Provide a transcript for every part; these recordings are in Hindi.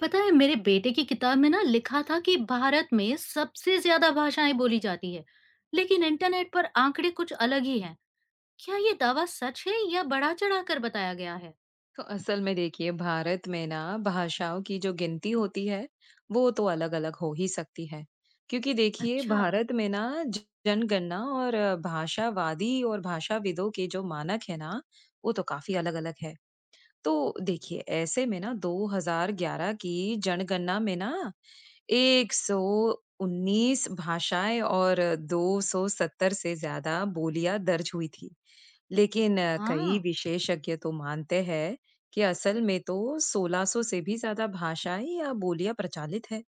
पता है, मेरे बेटे की किताब में लिखा था कि भारत में सबसे ज्यादा भाषाएं बोली जाती है। लेकिन इंटरनेट पर आंकड़े कुछ अलग ही हैं। क्या ये दावा सच है या बढ़ा चढ़ा कर बताया गया है? तो असल में देखिए, भारत में ना भाषाओं की जो गिनती होती है, वो तो अलग अलग हो ही सकती है। क्योंकि देखिए, अच्छा। भारत में ना जनगणना और भाषावादी और भाषाविदों के जो मानक है ना, वो तो काफी अलग अलग है। तो देखिए, ऐसे में ना 2011 की जनगणना में ना 119 भाषाएं और 270 से ज्यादा बोलियां दर्ज हुई थी। लेकिन कई हाँ। विशेषज्ञ तो मानते हैं कि असल में तो 1600 से भी ज्यादा भाषाएं या बोलियां प्रचलित है।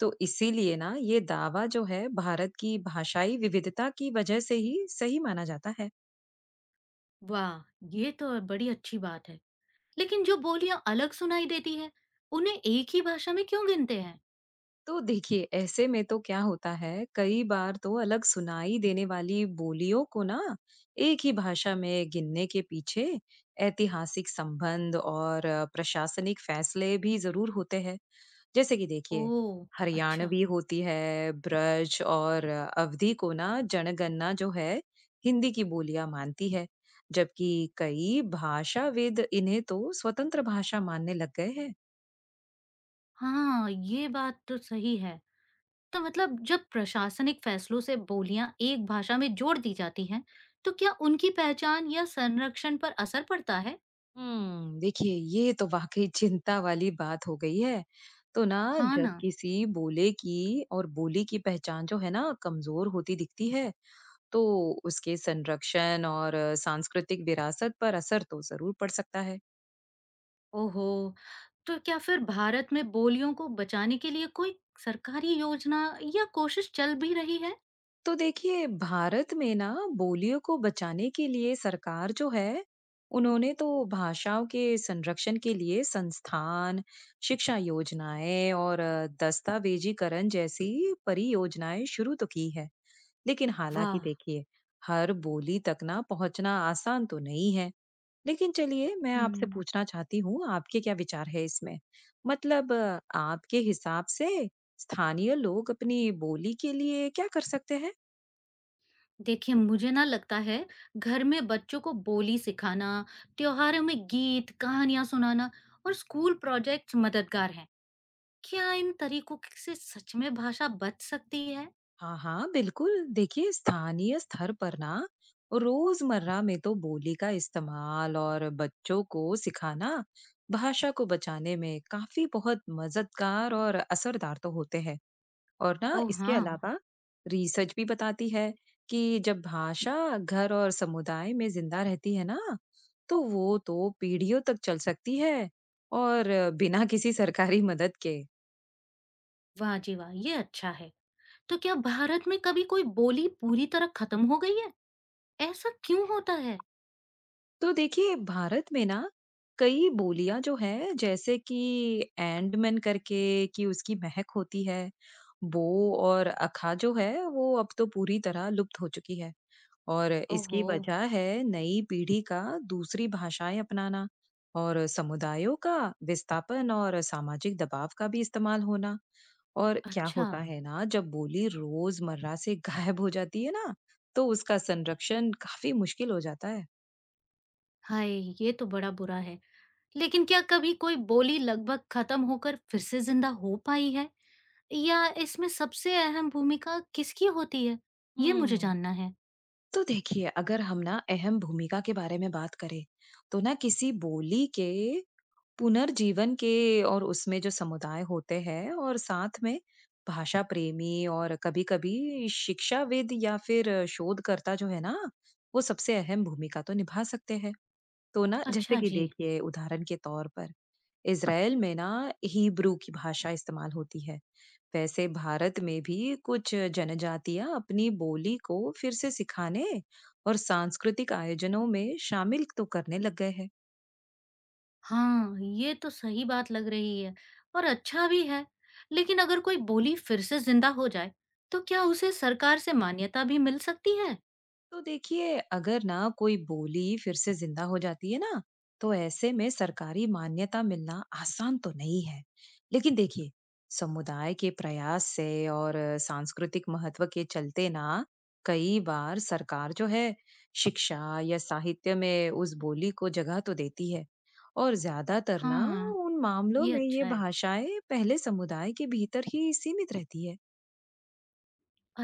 तो इसीलिए ना ये दावा जो है, भारत की भाषाई विविधता की वजह से ही सही माना जाता है। वाह, ये तो बड़ी अच्छी बात है। लेकिन जो बोलियां अलग सुनाई देती है, उन्हें एक ही भाषा में क्यों गिनते हैं? तो देखिए, ऐसे में तो क्या होता है, कई बार तो अलग सुनाई देने वाली बोलियों को ना एक ही भाषा में गिनने के पीछे ऐतिहासिक संबंध और प्रशासनिक फैसले भी जरूर होते हैं। जैसे कि देखिए, ओह। अच्छा। हरियाणवी होती है, ब्रज और अवधी को ना जनगणना जो है, हिंदी की बोलियाँ मानती है, जबकि कई भाषाविद इन्हें तो स्वतंत्र भाषा मानने लग गए हैं। हाँ, ये बात तो सही है। तो मतलब जब प्रशासनिक फैसलों से बोलियां एक भाषा में जोड़ दी जाती हैं, तो क्या उनकी पहचान या संरक्षण पर असर पड़ता है? देखिए, ये तो वाक़ई चिंता वाली बात हो गई है। तो ना हाँ जब ना। किसी बोले की और बोली की पहचान जो है ना कमज़ोर होती दिखती है, तो उसके संरक्षण और सांस्कृतिक विरासत पर असर तो ज़रूर पड़ सकता है। ओहो, तो क्या फिर भारत में बोलियों को बचाने के लिए कोई सरकारी योजना या कोशिश चल भी रही है? तो देखिए, भारत में ना बोलियों को बचाने के लिए सरकार जो है, उन्होंने तो भाषाओं के संरक्षण के लिए संस्थान, शिक्षा योजनाएं और दस्तावेजीकरण जैसी परियोजनाएं शुरू तो की है। लेकिन हालांकि वाह। देखिए, हर बोली तक ना पहुंचना आसान तो नहीं है। लेकिन चलिए, मैं आपसे हम्म। पूछना चाहती हूँ, आपके क्या विचार है इसमें। मतलब आपके हिसाब से स्थानीय लोग अपनी बोली के लिए क्या कर सकते हैं? देखिए, मुझे लगता है घर में बच्चों को बोली सिखाना, त्योहारों में गीत कहानियां सुनाना और स्कूल प्रोजेक्ट्स मददगार हैं। क्या इन तरीकों से सच में भाषा बच सकती है? हाँ हाँ, बिल्कुल। देखिए, स्थानीय स्तर पर ना रोजमर्रा में तो बोली का इस्तेमाल और बच्चों को सिखाना भाषा को बचाने में काफी बहुत मददगार और असरदार तो होते हैं। और ना ओह इसके हाँ। अलावा रिसर्च भी बताती है कि जब भाषा घर और समुदाय में जिंदा रहती है ना, तो वो तो पीढ़ियों तक चल सकती है, और बिना किसी सरकारी मदद के। वाह जी वाह! ये अच्छा है। तो क्या भारत में कभी कोई बोली पूरी तरह खत्म हो गई है? ऐसा क्यों होता है? तो देखिए, भारत में ना कई बोलियां जो है, जैसे कि एंडमन करके कि उसकी महक होती है, बो और अखा जो है, वो अब तो पूरी तरह लुप्त हो चुकी है। और इसकी ओहो! वजह है नई पीढ़ी का दूसरी भाषाएं अपनाना, और समुदायों का विस्थापन और सामाजिक दबाव का भी इस्तेमाल होना। और क्या अच्छा। होता है ना, जब बोली रोजमर्रा से गायब हो जाती है ना, तो उसका संरक्षण काफी मुश्किल हो जाता है। हाय! ये तो बड़ा बुरा है। लेकिन क्या कभी कोई बोली लगभग खत्म होकर फिर से जिंदा हो पाई है? या इसमें सबसे अहम भूमिका किसकी होती है? ये मुझे हम्म। जानना है। तो देखिए, अगर हम ना अहम भूमिका के बारे में बात करें, तो ना किसी बोली के पुनर्जीवन के, और उसमें जो समुदाय होते हैं और साथ में भाषा प्रेमी और कभी कभी शिक्षाविद या फिर शोधकर्ता जो है ना, वो सबसे अहम भूमिका तो निभा सकते हैं। तो ना जैसे अच्छा कि जी। देखिए, उदाहरण के तौर पर इज़राइल में ना हिब्रू की भाषा इस्तेमाल होती है। वैसे भारत में भी कुछ जनजातियां अपनी बोली को फिर से सिखाने और सांस्कृतिक आयोजनों में शामिल तो करने लग गए हैं। हाँ, ये तो सही बात लग रही है और अच्छा भी है। लेकिन अगर कोई बोली फिर से जिंदा हो जाए, तो क्या उसे सरकार से मान्यता भी मिल सकती है? तो देखिए, अगर ना कोई बोली फिर से जिंदा हो जाती है ना, तो ऐसे में सरकारी मान्यता मिलना आसान तो नहीं है। लेकिन देखिए, समुदाय के प्रयास से और सांस्कृतिक महत्व के चलते ना कई बार सरकार जो है, शिक्षा या साहित्य में उस बोली को जगह तो देती है। और ज्यादातर ना हाँ, उन मामलों ये में ये अच्छा है। भाषाएं पहले समुदाय के भीतर ही सीमित रहती है।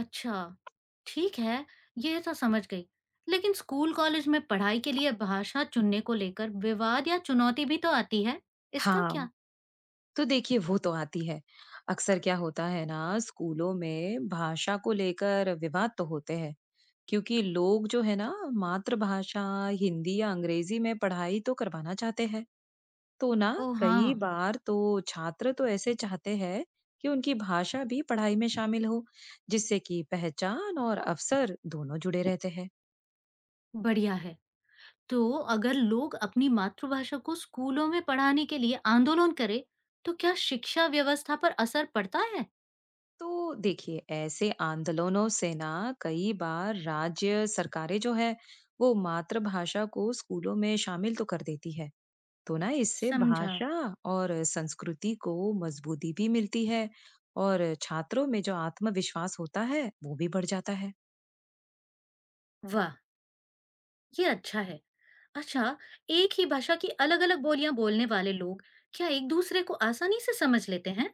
अच्छा, ठीक है, ये तो समझ गई। लेकिन स्कूल कॉलेज में पढ़ाई के लिए भाषा चुनने को लेकर विवाद या चुनौती भी तो आती है। इसका हाँ, क्या? तो देखिए, वो तो आती है। अक्सर क्या होता है ना, स्कूलों में भाषा को लेकर विवाद तो होते हैं, क्योंकि लोग जो है ना मातृभाषा, हिंदी या अंग्रेजी में पढ़ाई तो करवाना चाहते हैं। तो ना ओह कई हाँ। बार तो छात्र तो ऐसे चाहते हैं कि उनकी भाषा भी पढ़ाई में शामिल हो, जिससे कि पहचान और अवसर दोनों जुड़े रहते हैं। बढ़िया है। तो अगर लोग अपनी मातृभाषा को स्कूलों में पढ़ाने के लिए आंदोलन करें, तो क्या शिक्षा व्यवस्था पर असर पड़ता है? तो देखिए, ऐसे आंदोलनों से ना कई बार राज्य सरकारें जो है, वो मातृभाषा को स्कूलों में शामिल तो कर देती है। तो ना इससे समझा। भाषा और संस्कृति को मजबूती भी मिलती है, और छात्रों में जो आत्मविश्वास होता है वो भी बढ़ जाता है। वाह, ये अच्छा है। अच्छा, एक ही भाषा की अलग अलग बोलियां बोलने वाले लोग क्या एक दूसरे को आसानी से समझ लेते हैं?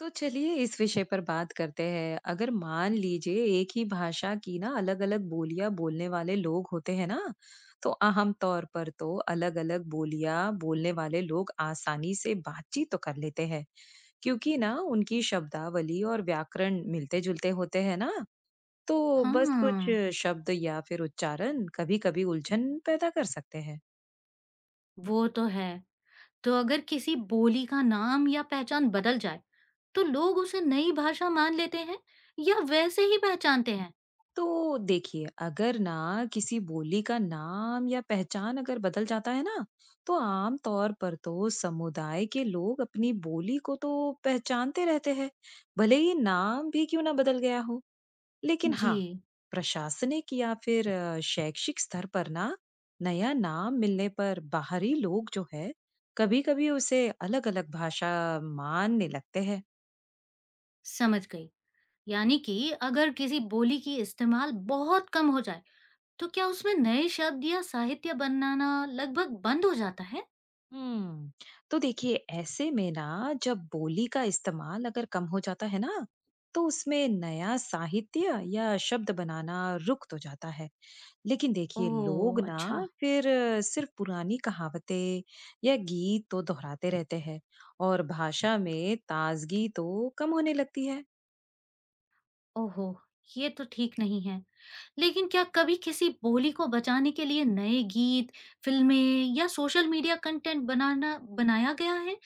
तो चलिए, इस विषय पर बात करते हैं। अगर मान लीजिए, एक ही भाषा की ना अलग-अलग बोलियां बोलने वाले लोग होते हैं ना, तो आम तौर पर तो अलग-अलग बोलियां बोलने वाले लोग आसानी से बातचीत तो कर लेते हैं, क्योंकि ना उनकी शब्दावली और व्याकरण मिलते-जुलते होते हैं ना, तो हाँ, बस कुछ शब्द या फिर उच्चारण कभी-कभी उलझन पैदा कर सकते हैं। वो तो है। तो अगर किसी बोली का नाम या पहचान बदल जाए, तो लोग उसे नई भाषा मान लेते हैं या वैसे ही पहचानते हैं? तो देखिए, अगर ना किसी बोली का नाम या पहचान अगर बदल जाता है ना, तो आम तौर पर तो समुदाय के लोग अपनी बोली को तो पहचानते रहते हैं, भले ही नाम भी क्यों ना बदल गया हो। लेकिन हाँ, जी, प्रशासनिक या फिर शैक्षिक स्तर पर ना नया नाम मिलने पर बाहरी लोग जो है, कभी-कभी उसे अलग-अलग भाषा मानने लगते हैं। समझ गई। यानी कि अगर किसी बोली की इस्तेमाल बहुत कम हो जाए, तो क्या उसमें नए शब्द या साहित्य बनाना लगभग बंद हो जाता है? हम्म। तो देखिए, ऐसे में ना जब बोली का इस्तेमाल अगर कम हो जाता है ना, तो उसमें नया साहित्य या शब्द बनाना रुक तो जाता है। लेकिन देखिए, लोग ओह ना अच्छा। फिर सिर्फ पुरानी कहावतें या गीत तो दोहराते रहते हैं, और भाषा में ताजगी तो कम होने लगती है। ओहो, ये तो ठीक नहीं है। लेकिन क्या कभी किसी बोली को बचाने के लिए नए गीत, फिल्में या सोशल मीडिया कंटेंट बनाना बनाया गया है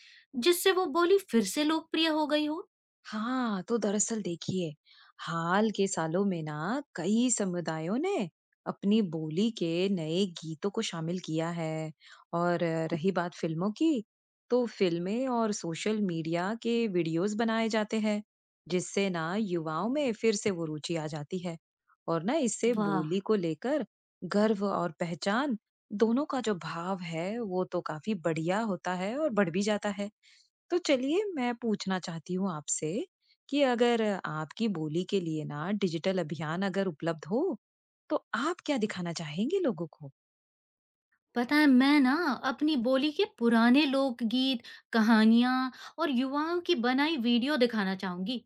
जिससे वो बोली फिर से लोकप्रिय हो गई हो? हाँ, तो दरअसल देखिए, हाल के सालों में ना कई समुदायों ने अपनी बोली के नए गीतों को शामिल किया है। और रही बात फिल्मों की, तो फिल्में और सोशल मीडिया के वीडियोस बनाए जाते हैं, जिससे ना युवाओं में फिर से वो रुचि आ जाती है। और ना इससे वाह। बोली को लेकर गर्व और पहचान दोनों का जो भाव है, वो तो काफी बढ़िया होता है और बढ़ भी जाता है। तो चलिए, मैं पूछना चाहती हूँ आपसे कि अगर आपकी बोली के लिए ना डिजिटल अभियान अगर उपलब्ध हो, तो आप क्या दिखाना चाहेंगे लोगों को? पता है, मैं अपनी बोली के पुराने लोकगीत, कहानियाँ और युवाओं की बनाई वीडियो दिखाना चाहूंगी।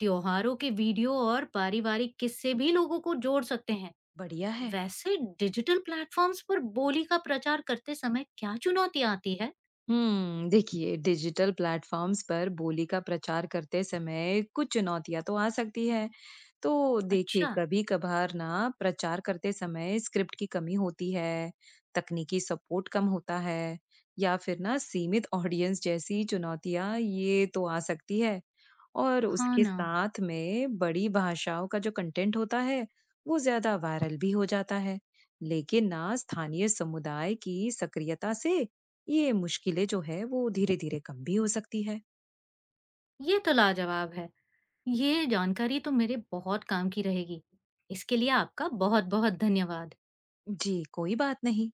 त्योहारों के वीडियो और पारिवारिक किस्से भी लोगों को जोड़ सकते हैं। बढ़िया है। वैसे डिजिटल प्लेटफॉर्म्स पर बोली का प्रचार करते समय क्या चुनौतियाँ आती है? हम्म, देखिए, डिजिटल प्लेटफॉर्म्स पर बोली का प्रचार करते समय कुछ चुनौतियां तो आ सकती है। तो देखिए, अच्छा। कभी कभार ना प्रचार करते समय स्क्रिप्ट की कमी होती है, तकनीकी सपोर्ट कम होता है, या फिर ना सीमित ऑडियंस जैसी चुनौतियां ये तो आ सकती है। और हाँ उसके ना। साथ में बड़ी भाषाओं का जो कंटेंट होता है, वो ज्यादा वायरल भी हो जाता है। लेकिन ना स्थानीय समुदाय की सक्रियता से ये मुश्किलें जो है, वो धीरे धीरे कम भी हो सकती है। ये तो लाजवाब है। ये जानकारी तो मेरे बहुत काम की रहेगी। इसके लिए आपका बहुत-बहुत धन्यवाद। जी, कोई बात नहीं।